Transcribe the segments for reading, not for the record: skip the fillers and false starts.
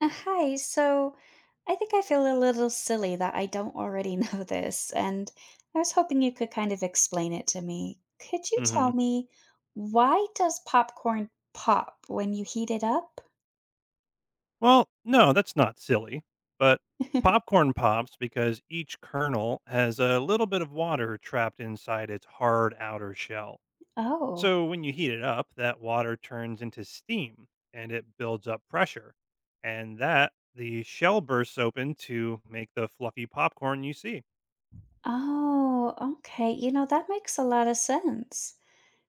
Hi, so I think I feel a little silly that I don't already know this, and I was hoping you could kind of explain it to me. Could you hmm tell me why does popcorn pop when you heat it up? Well, no, that's not silly. But popcorn pops because each kernel has a little bit of water trapped inside its hard outer shell. Oh, So when you heat it up, that water turns into steam and it builds up pressure. And that the shell bursts open to make the fluffy popcorn you see. oh, okay. That makes a lot of sense.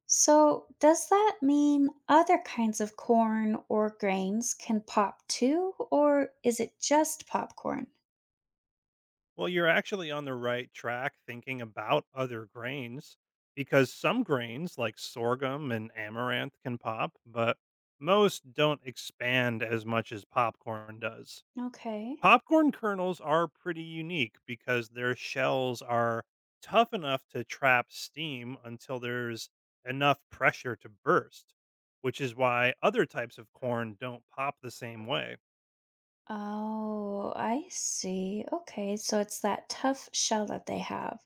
So, does that mean other kinds of corn or grains can pop too, or is it just popcorn? Well, you're actually on the right track thinking about other grains because some grains like sorghum and amaranth can pop, but most don't expand as much as popcorn does. Okay. Popcorn kernels are pretty unique because their shells are tough enough to trap steam until there's enough pressure to burst, which is why other types of corn don't pop the same way. Oh, I see. Okay, so it's that tough shell that they have.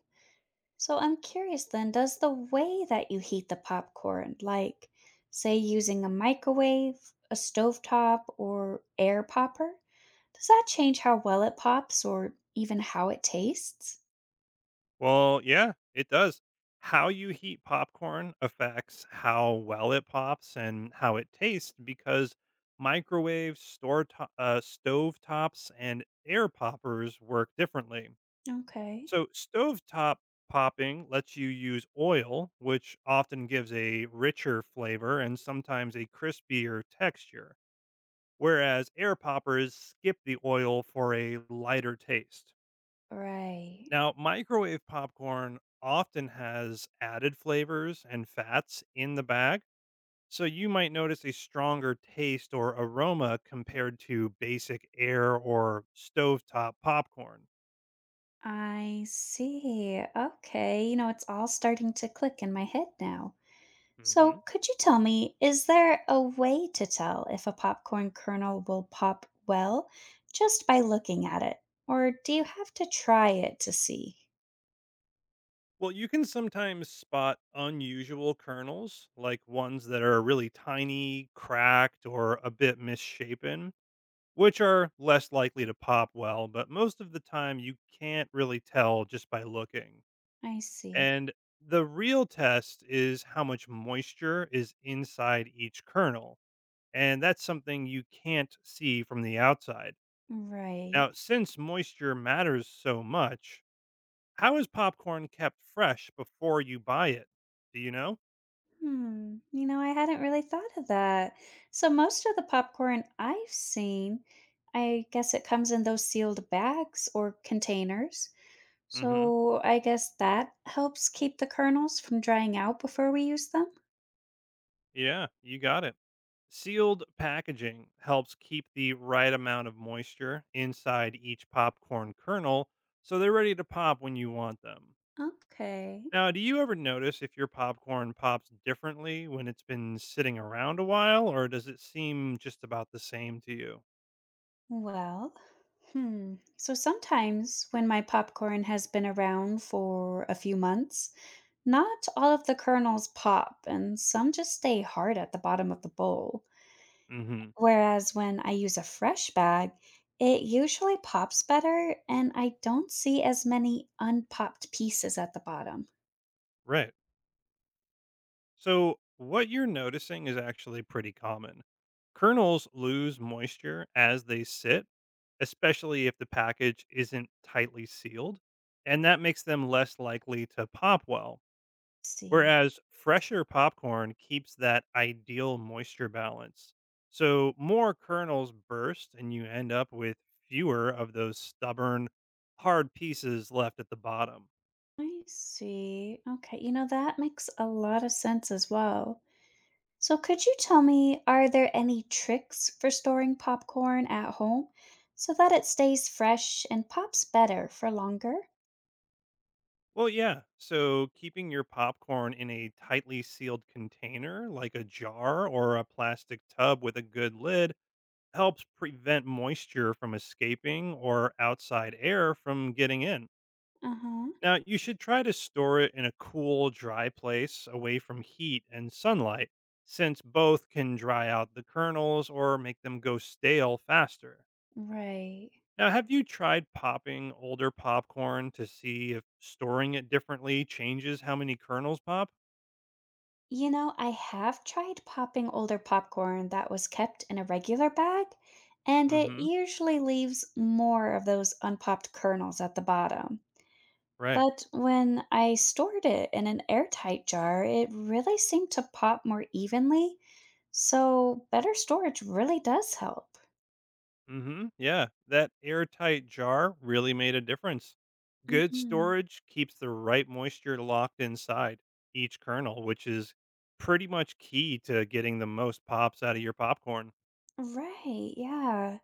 So I'm curious then, does the way that you heat the popcorn, like say using a microwave, a stovetop, or air popper, does that change how well it pops or even how it tastes? Well, yeah, it does. How you heat popcorn affects how well it pops and how it tastes because microwaves, stove tops, and air poppers work differently. Okay. So, stovetop popping lets you use oil, which often gives a richer flavor and sometimes a crispier texture, whereas air poppers skip the oil for a lighter taste. Right. Now, microwave popcorn often has added flavors and fats in the bag, so you might notice a stronger taste or aroma compared to basic air or stovetop popcorn. I see. Okay, it's all starting to click in my head now. So, Hmm. could you tell me, is there a way to tell if a popcorn kernel will pop well just by looking at it? Or do you have to try it to see? Well, you can sometimes spot unusual kernels, like ones that are really tiny, cracked, or a bit misshapen, which are less likely to pop well, but most of the time you can't really tell just by looking. I see. And the real test is how much moisture is inside each kernel. And that's something you can't see from the outside. Right. Now, since moisture matters so much, how is popcorn kept fresh before you buy it? Do you know? Hmm. I hadn't really thought of that. So, most of the popcorn I've seen, I guess it comes in those sealed bags or containers. Hmm. So, I guess that helps keep the kernels from drying out before we use them. Yeah, you got it. Sealed packaging helps keep the right amount of moisture inside each popcorn kernel so they're ready to pop when you want them. Okay. Now, do you ever notice if your popcorn pops differently when it's been sitting around a while, or does it seem just about the same to you? Well, hmm. So sometimes when my popcorn has been around for a few months, not all of the kernels pop and some just stay hard at the bottom of the bowl. Hmm. Whereas when I use a fresh bag, it usually pops better and I don't see as many unpopped pieces at the bottom. Right. So, what you're noticing is actually pretty common. Kernels lose moisture as they sit, especially if the package isn't tightly sealed, and that makes them less likely to pop well. See. Whereas fresher popcorn keeps that ideal moisture balance. So more kernels burst and you end up with fewer of those stubborn, hard pieces left at the bottom. I see. Okay, that makes a lot of sense as well. So, could you tell me, are there any tricks for storing popcorn at home so that it stays fresh and pops better for longer? Well, yeah. So keeping your popcorn in a tightly sealed container, like a jar or a plastic tub with a good lid, helps prevent moisture from escaping or outside air from getting in. Uh huh. Now, you should try to store it in a cool, dry place away from heat and sunlight, since both can dry out the kernels or make them go stale faster. Right. Now, have you tried popping older popcorn to see if storing it differently changes how many kernels pop? I have tried popping older popcorn that was kept in a regular bag, and Mm it hmm. usually leaves more of those unpopped kernels at the bottom. Right. But when I stored it in an airtight jar, it really seemed to pop more evenly, so better storage really does help. Mhm. Yeah, that airtight jar really made a difference. Good Hmm. storage keeps the right moisture locked inside each kernel, which is pretty much key to getting the most pops out of your popcorn. Right, yeah.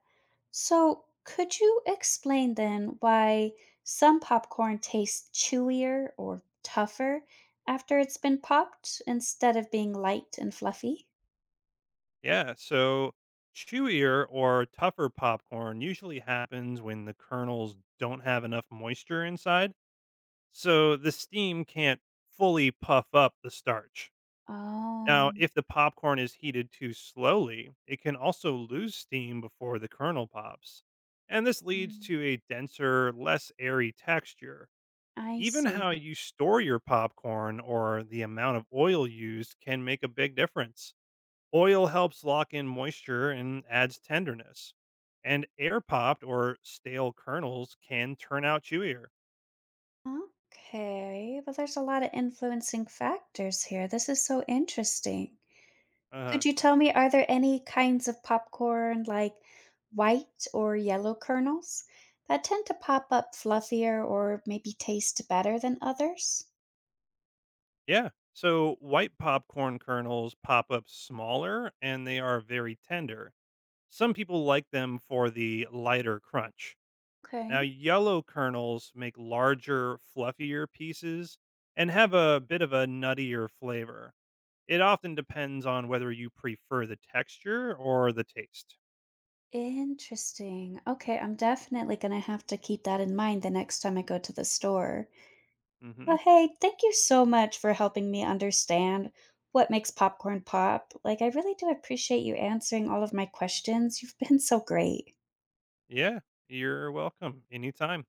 So, could you explain then why some popcorn tastes chewier or tougher after it's been popped instead of being light and fluffy? Yeah, so chewier or tougher popcorn usually happens when the kernels don't have enough moisture inside, so the steam can't fully puff up the starch. Now, Oh, if the popcorn is heated too slowly, it can also lose steam before the kernel pops. And this leads mm, to a denser, less airy texture. I Even see. how you store your popcorn or the amount of oil used can make a big difference. Oil helps lock in moisture and adds tenderness. And air popped or stale kernels can turn out chewier. Okay, well, there's a lot of influencing factors here. This is so interesting. Uh, Could you tell me, are there any kinds of popcorn, like white or yellow kernels, that tend to pop up fluffier or maybe taste better than others? yeah. So white popcorn kernels pop up smaller and they are very tender. Some people like them for the lighter crunch. Now, Okay. yellow kernels make larger, fluffier pieces and have a bit of a nuttier flavor. It often depends on whether you prefer the texture or the taste. Interesting. Okay, I'm definitely gonna have to keep that in mind the next time I go to the store. Hmm. Well, hey, thank you so much for helping me understand what makes popcorn pop. Like, I really do appreciate you answering all of my questions. You've been so great. Yeah, you're welcome anytime.